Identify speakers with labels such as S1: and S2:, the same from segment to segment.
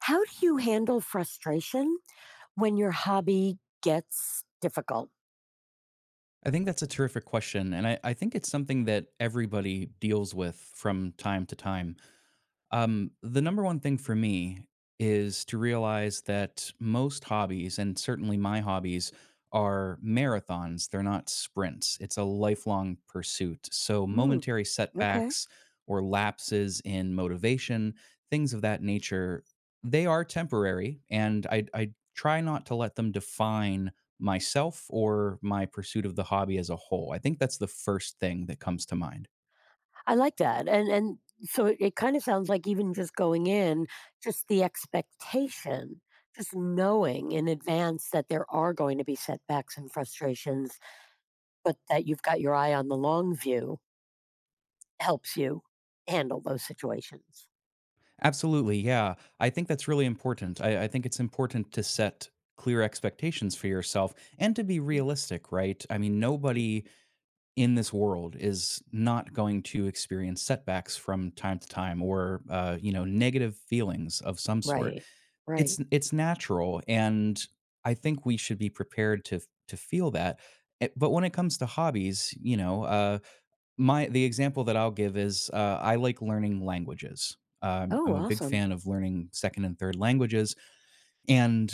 S1: How do you handle frustration when your hobby gets difficult?
S2: I think that's a terrific question. And I think it's something that everybody deals with from time to time. The number one thing for me is to realize that most hobbies, and certainly my hobbies, are marathons. They're not sprints. It's a lifelong pursuit. So,
S1: Mm,
S2: momentary
S1: okay.
S2: setbacks or lapses in motivation, things of that nature, they are temporary. And I try not to let them define myself or my pursuit of the hobby as a whole. I think that's the first thing that comes to mind.
S1: I like that. And so it kind of sounds like even just going in, just the expectation, just knowing in advance that there are going to be setbacks and frustrations, but that you've got your eye on the long view helps you handle those situations.
S2: Absolutely, yeah. I think that's really important. I think it's important to set clear expectations for yourself and to be realistic, right? I mean, nobody in this world is not going to experience setbacks from time to time or negative feelings of some sort.
S1: Right. Right.
S2: It's natural, and I think we should be prepared to feel that. But when it comes to hobbies, you know, my the example that I'll give is, I like learning languages. I'm
S1: Oh,
S2: a big
S1: awesome.
S2: fan of learning 2nd and 3rd languages, and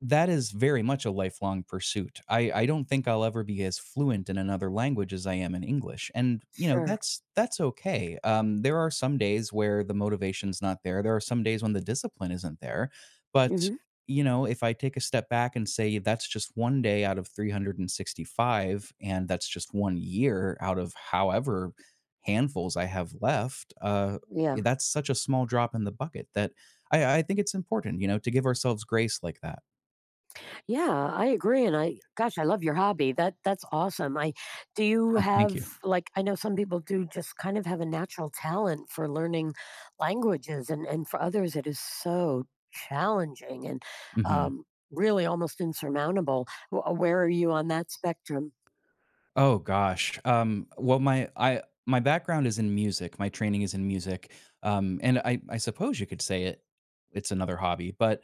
S2: that is very much a lifelong pursuit. I don't think I'll ever be as fluent in another language as I am in English, and,
S1: Sure.
S2: that's okay. There are some days where the motivation's not there. There are some days when the discipline isn't there, but,
S1: Hmm.
S2: if I take a step back and say that's just 1 day out of 365, and that's just 1 year out of however handfuls I have left,
S1: Yeah.
S2: that's such a small drop in the bucket that I think it's important, to give ourselves grace like that.
S1: Yeah, I agree, and I gosh, I love your hobby. That's awesome. I Do you
S2: Oh, thank
S1: have,
S2: you.
S1: like, I know some people do just kind of have a natural talent for learning languages, and for others it is so challenging and
S2: Mhm.
S1: um, really almost insurmountable. Where are you on that spectrum?
S2: Oh gosh. Well, my background is in music. My training is in music. And I suppose you could say it's another hobby, but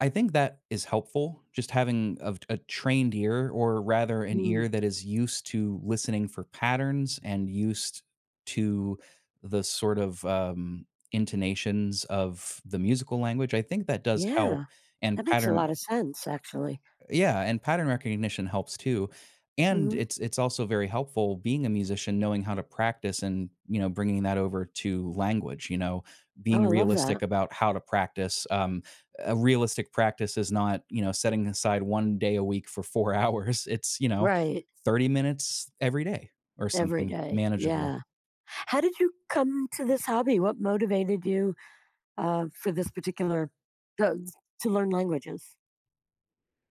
S2: I think that is helpful. Just having a trained ear, or rather an
S1: Mm,
S2: ear that is used to listening for patterns and used to the sort of intonations of the musical language. I think that does help.
S1: yeah,
S2: And
S1: that makes a
S2: pattern
S1: lot of sense, actually.
S2: Yeah, and pattern recognition helps too. And
S1: Hmm.
S2: it's also very helpful being a musician knowing how to practice and, bringing that over to language,
S1: Oh,
S2: being
S1: I love
S2: realistic
S1: that.
S2: about how to practice. A realistic practice is not, setting aside 1 day a week for 4 hours. It's,
S1: Right,
S2: 30 minutes every day or
S1: every
S2: something
S1: day.
S2: manageable.
S1: Yeah. How did you come to this hobby? What motivated you? For this particular, to to learn languages.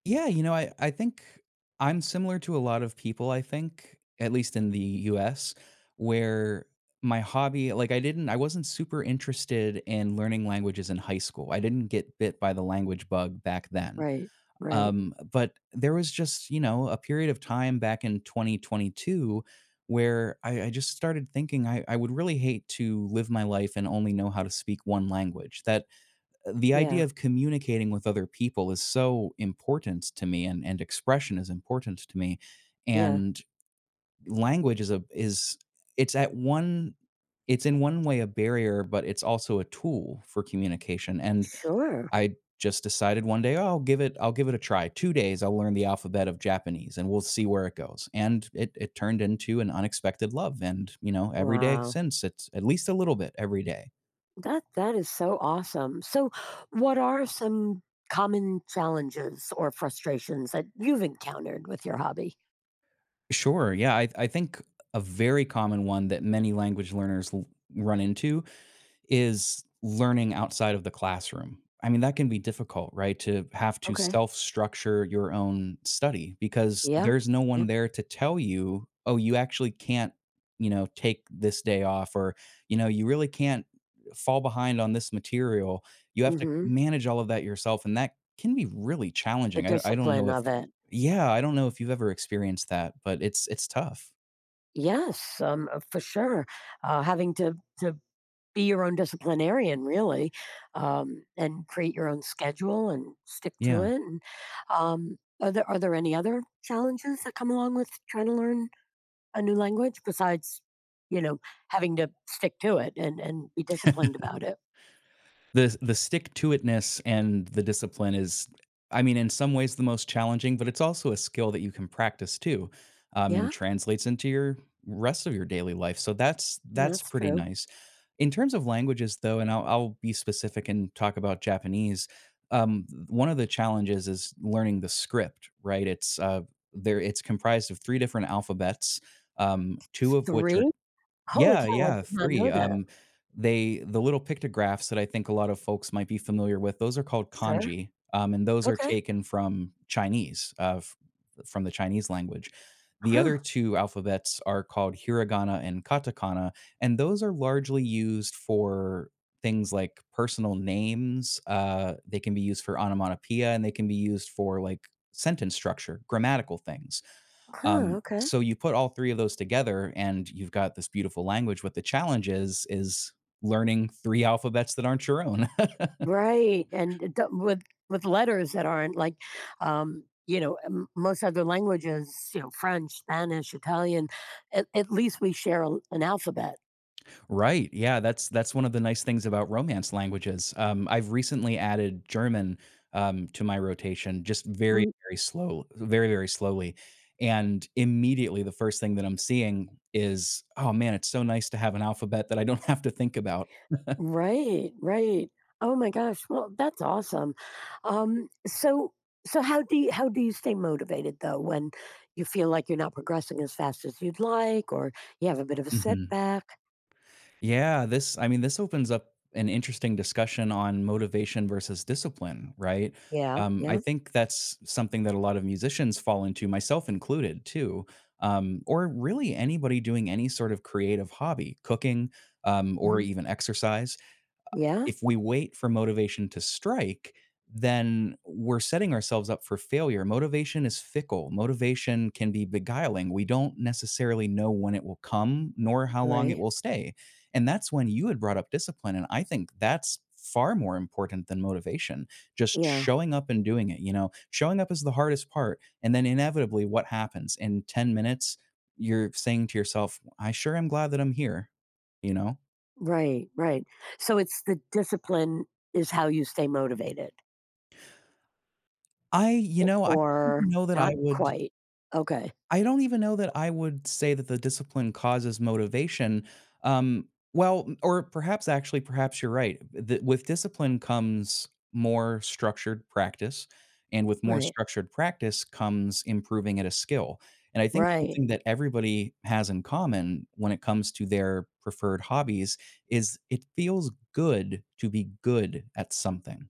S2: Yeah, I think I'm similar to a lot of people, I think, at least in the US, where my hobby, like I wasn't super interested in learning languages in high school. I didn't get bit by the language bug back then.
S1: Right, right.
S2: But there was just, a period of time back in 2022 where I just started thinking I would really hate to live my life and only know how to speak one language. That the idea
S1: Yeah,
S2: of communicating with other people is so important to me, and expression is important to me,
S1: yeah.
S2: and language is a is it's at one it's in one way a barrier, but it's also a tool for communication. And
S1: Sure.
S2: I just decided one day, oh, I'll give it a try. 2 days, I'll learn the alphabet of Japanese, and we'll see where it goes. And it turned into an unexpected love, and every day
S1: Wow.
S2: since it's at least a little bit every day.
S1: That is so awesome. So what are some common challenges or frustrations that you've encountered with your hobby?
S2: Sure. Yeah. I think a very common one that many language run into is learning outside of the classroom. I mean, that can be difficult, right? To have to
S1: Okay.
S2: self structure your own study because
S1: Yeah.
S2: there's no
S1: Yeah.
S2: one there to tell you, oh, you actually can't, take this day off or, you really can't fall behind on this material. You have to
S1: Mhm.
S2: manage all of that yourself. And that can be really
S1: The
S2: challenging. I don't
S1: discipline
S2: know if,
S1: of it.
S2: yeah, I don't know if you've ever experienced that, but it's tough.
S1: Yes, for sure. Having to be your own disciplinarian, really, and create your own schedule and stick to
S2: Yeah.
S1: it. And are there any other challenges that come along with trying to learn a new language besides, you know, having to stick to it and be disciplined about it?
S2: The stick to itness and the discipline is, I mean, in some ways the most challenging, but it's also a skill that you can practice too. And
S1: Yeah,
S2: translates into your rest of your daily life, so that's
S1: that's
S2: pretty
S1: true.
S2: nice in terms of languages though. And I'll be specific and talk about Japanese. One of the challenges is learning the script, right? It's comprised of three different alphabets, two of which are,
S1: Three. Holy
S2: yeah,
S1: cow! I
S2: yeah,
S1: did not
S2: three.
S1: know that.
S2: The little pictographs that I think a lot of folks might be familiar with, those are called
S1: Sure.
S2: kanji, and those are
S1: Okay.
S2: taken from Chinese, f from the Chinese language. The
S1: Huh.
S2: other two alphabets are called hiragana and katakana, and those are largely used for things like personal names. They can be used for onomatopoeia, and they can be used for, like, sentence structure, grammatical things.
S1: Huh. Okay.
S2: So you put all three of those together, and you've got this beautiful language. What the challenge is learning three alphabets that aren't your own.
S1: Right, and it do with letters that aren't like, m most other languages, French, Spanish, Italian, at least we share a an alphabet.
S2: Right. Yeah, that's one of the nice things about romance languages. I've recently added German to my rotation, just
S1: Mm.
S2: very, very slowly. And immediately, the first thing that I'm seeing is, oh man, it's so nice to have an alphabet that I don't have to think about.
S1: Right, right. Oh my gosh, well, that's awesome. Um, so so how do you stay motivated, though, when you feel like you're not progressing as fast as you'd like or you have a bit of a
S2: Mhm.
S1: setback?
S2: Yeah, this I mean, this opens up an interesting discussion on motivation versus discipline, right?
S1: Yeah,
S2: I
S1: yeah,
S2: think that's something that a lot of musicians fall into, myself included, too. Or really anybody doing any sort of creative hobby, cooking, or
S1: mhm,
S2: even exercise.
S1: yeah,
S2: If we wait for motivation to strike, then we're setting ourselves up for failure. Motivation is fickle, motivation can be beguiling. We don't necessarily know when it will come nor how long it
S1: right,
S2: will stay. And that's when you had brought up discipline. And I think that's far more important than motivation, just
S1: yeah.
S2: showing up and doing it. Showing up is the hardest part, and then inevitably, what happens in 10 minutes, you're saying to yourself, I sure am glad that I'm here you know
S1: Right, right. So it's the discipline is how you stay motivated.
S2: I you know, I don't
S1: Or
S2: even know that I
S1: not
S2: would
S1: quite. Okay.
S2: I don't even know that I would say that the discipline causes motivation. Well, or perhaps, actually, perhaps you're right. With discipline comes more structured practice, and with more
S1: Right.
S2: structured practice comes improving at a skill. And I think
S1: Right.
S2: something that everybody has in common when it comes to their preferred hobbies is, it feels good to be good at something.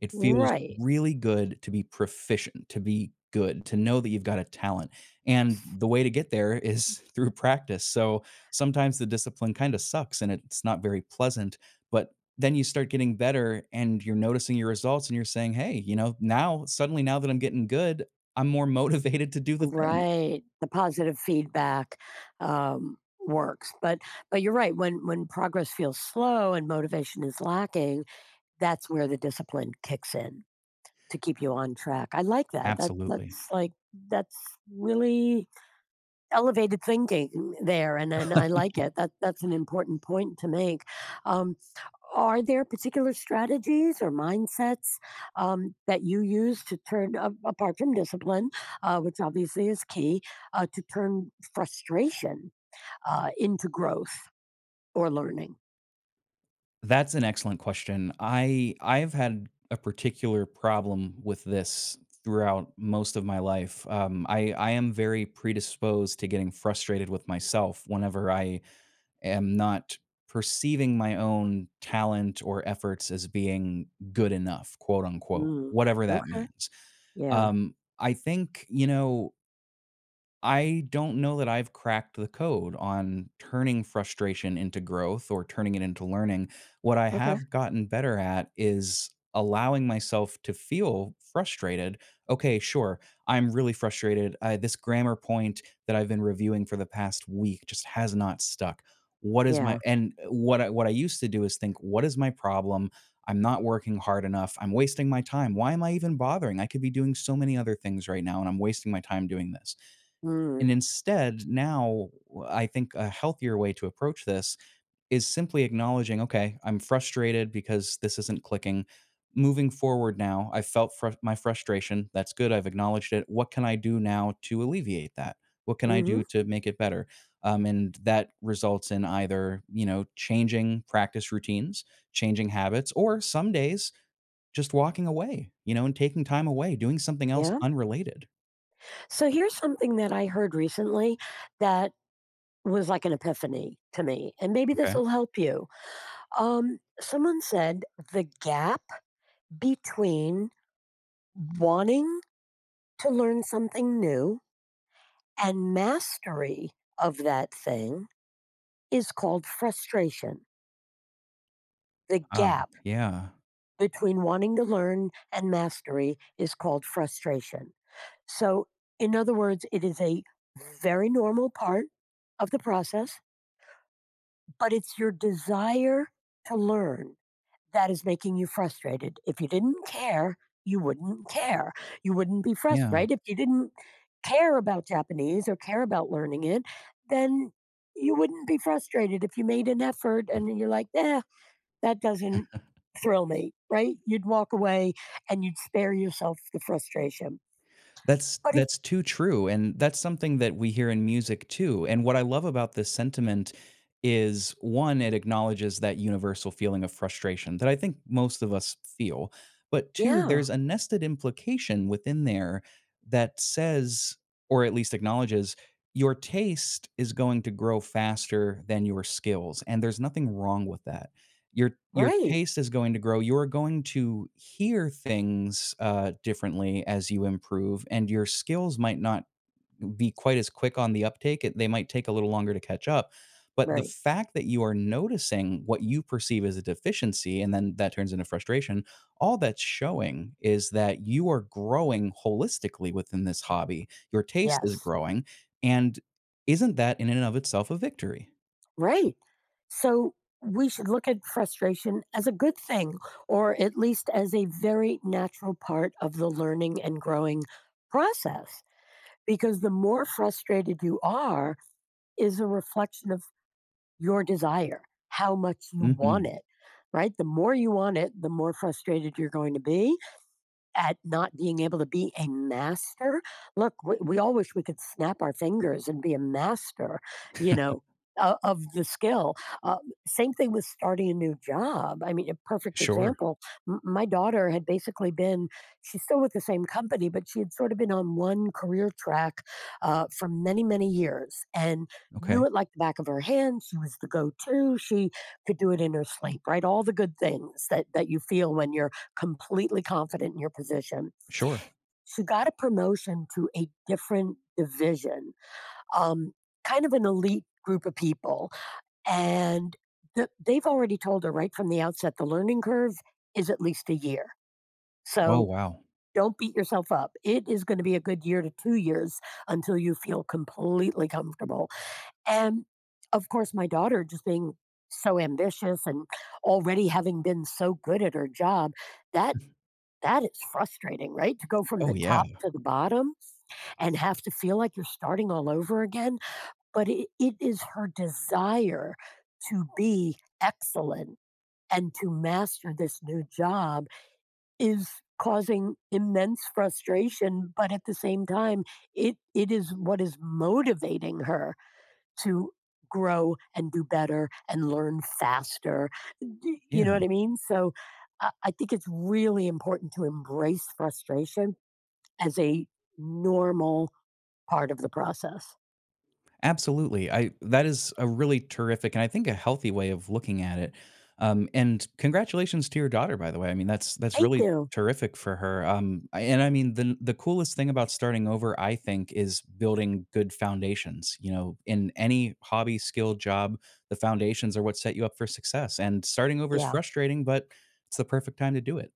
S2: It feels
S1: Right.
S2: really good to be proficient, to be good, to know that you've got a talent, and the way to get there is through practice. So sometimes the discipline kinda sucks and it's not very pleasant, but then you start getting better and you're noticing your results and you're saying, "Hey, you know, now suddenly now that I'm getting good, I'm more motivated to do the thing."
S1: Right. The positive feedback um works. But you're right, when progress feels slow and motivation is lacking, that's where the discipline kicks in to keep you on track. I like that. That
S2: Absolutely.
S1: that's like that's really elevated thinking there, and then I like it. That's an important point to make. Um, are there particular strategies or mindsets that you use to turn, apart from discipline, which obviously is key, to turn frustration into growth or learning?
S2: That's an excellent question. I've had a particular problem with this throughout most of my life. I am very predisposed to getting frustrated with myself whenever I am not perceiving my own talent or efforts as being good enough, quote unquote,
S1: Mm.
S2: whatever that
S1: Okay.
S2: means.
S1: Yeah.
S2: I think I don't know that I've cracked the code on turning frustration into growth or turning it into learning. What I
S1: Okay.
S2: have gotten better at is allowing myself to feel frustrated. Okay, sure, I'm really frustrated. This grammar point that I've been reviewing for the past week just has not stuck. What is my
S1: Yeah.
S2: and What I used to do is think, what is my problem? I'm not working hard enough. I'm wasting my time. Why am I even bothering? I could be doing so many other things right now, and I'm wasting my time doing this.
S1: Mm.
S2: And instead, now I think a healthier way to approach this is simply acknowledging, okay, I'm frustrated because this isn't clicking. Moving forward now, I felt my frustration. That's good. I've acknowledged it. What can I do now to alleviate that? What can
S1: Hmm.
S2: I do
S1: Mm-hmm.
S2: to make it better? And that results in either, changing practice routines, changing habits, or some days just walking away, and taking time away, doing something else
S1: Yeah.
S2: unrelated.
S1: So here's something that I heard recently that was like an epiphany to me, and maybe this
S2: Okay.
S1: will help you. Someone said the gap between wanting to learn something new and mastery of that thing is called frustration. The gap
S2: Yeah.
S1: between wanting to learn and mastery is called frustration. So, in other words, it is a very normal part of the process, but it's your desire to learn that is making you frustrated. If you didn't care. You wouldn't be frustrated,
S2: Yeah.
S1: right? If you didn't care about Japanese or care about learning it, then you wouldn't be frustrated if you made an effort and you're like, eh, that doesn't thrill me, right? You'd walk away and you'd spare yourself the frustration.
S2: That's
S1: But if,
S2: that's too true, and that's something that we hear in music too. And what I love about this sentiment is, one, it acknowledges that universal feeling of frustration that I think most of us feel, but two,
S1: yeah,
S2: there's a nested implication within there that says, or at least acknowledges, your taste is going to grow faster than your skills, and there's nothing wrong with that. Your
S1: right,
S2: taste is going to grow, you're going to hear things, differently as you improve, and your skills might not be quite as quick on the uptake, it they might take a little longer to catch up. But the
S1: right.
S2: fact that you are noticing what you perceive as a deficiency, and then that turns into frustration, all that's showing is that you are growing holistically within this hobby, your taste
S1: Yes.
S2: is growing. And isn't that in and of itself a victory?
S1: Right. So we should look at frustration as a good thing, or at least as a very natural part of the learning and growing process. Because the more frustrated you are, is a reflection of your desire, how much you want
S2: Mhm.
S1: it, right? The more you want it, the more frustrated you're going to be at not being able to be a master. Look, we all wish we could snap our fingers and be a master, you know, of the skill. Uh, Same thing with starting a new job. I mean, a perfect
S2: Sure.
S1: example. My daughter had basically been, she's still with the same company, but she had sort of been on one career track for many, many years and knew
S2: Okay.
S1: it like the back of her hand. She was the go to. She could do it in her sleep, right? All the good things that you feel when you're completely confident in your position.
S2: Sure.
S1: She got a promotion to a different division, um, kind of an elite group of people. And they've already told her right from the outset the learning curve is at least a year.
S2: Oh,
S1: So
S2: wow.
S1: don't beat yourself up. It is going to be a good year to 2 years until you feel completely comfortable. And of course, my daughter just being so ambitious and already having been so good at her job, that that is frustrating, right? To go from
S2: Oh,
S1: the
S2: yeah.
S1: top to the bottom and have to feel like you're starting all over again, but it is her desire to be excellent and to master this new job is causing immense frustration, but at the same time, it is what is motivating her to grow and do better and learn faster. You know
S2: Yeah,
S1: what I mean? So I think it's really important to embrace frustration as a normal part of the process.
S2: absolutely. I That is a really terrific and I think a healthy way of looking at it. And congratulations to your daughter, by the way. I mean, that's
S1: Thank
S2: really
S1: you.
S2: terrific for her. And I mean, the coolest thing about starting over, I think, is building good foundations. In any hobby, skill, job, the foundations are what set you up for success. And starting over is
S1: Yeah.
S2: frustrating, but it's the perfect time to do it.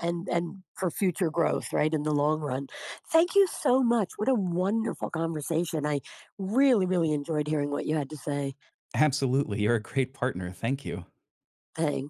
S1: And for future growth, right? In the long run. Thank you so much. What a wonderful conversation. I really, really enjoyed hearing what you had to say.
S2: Absolutely. You're a great partner. Thank you.
S1: Thanks.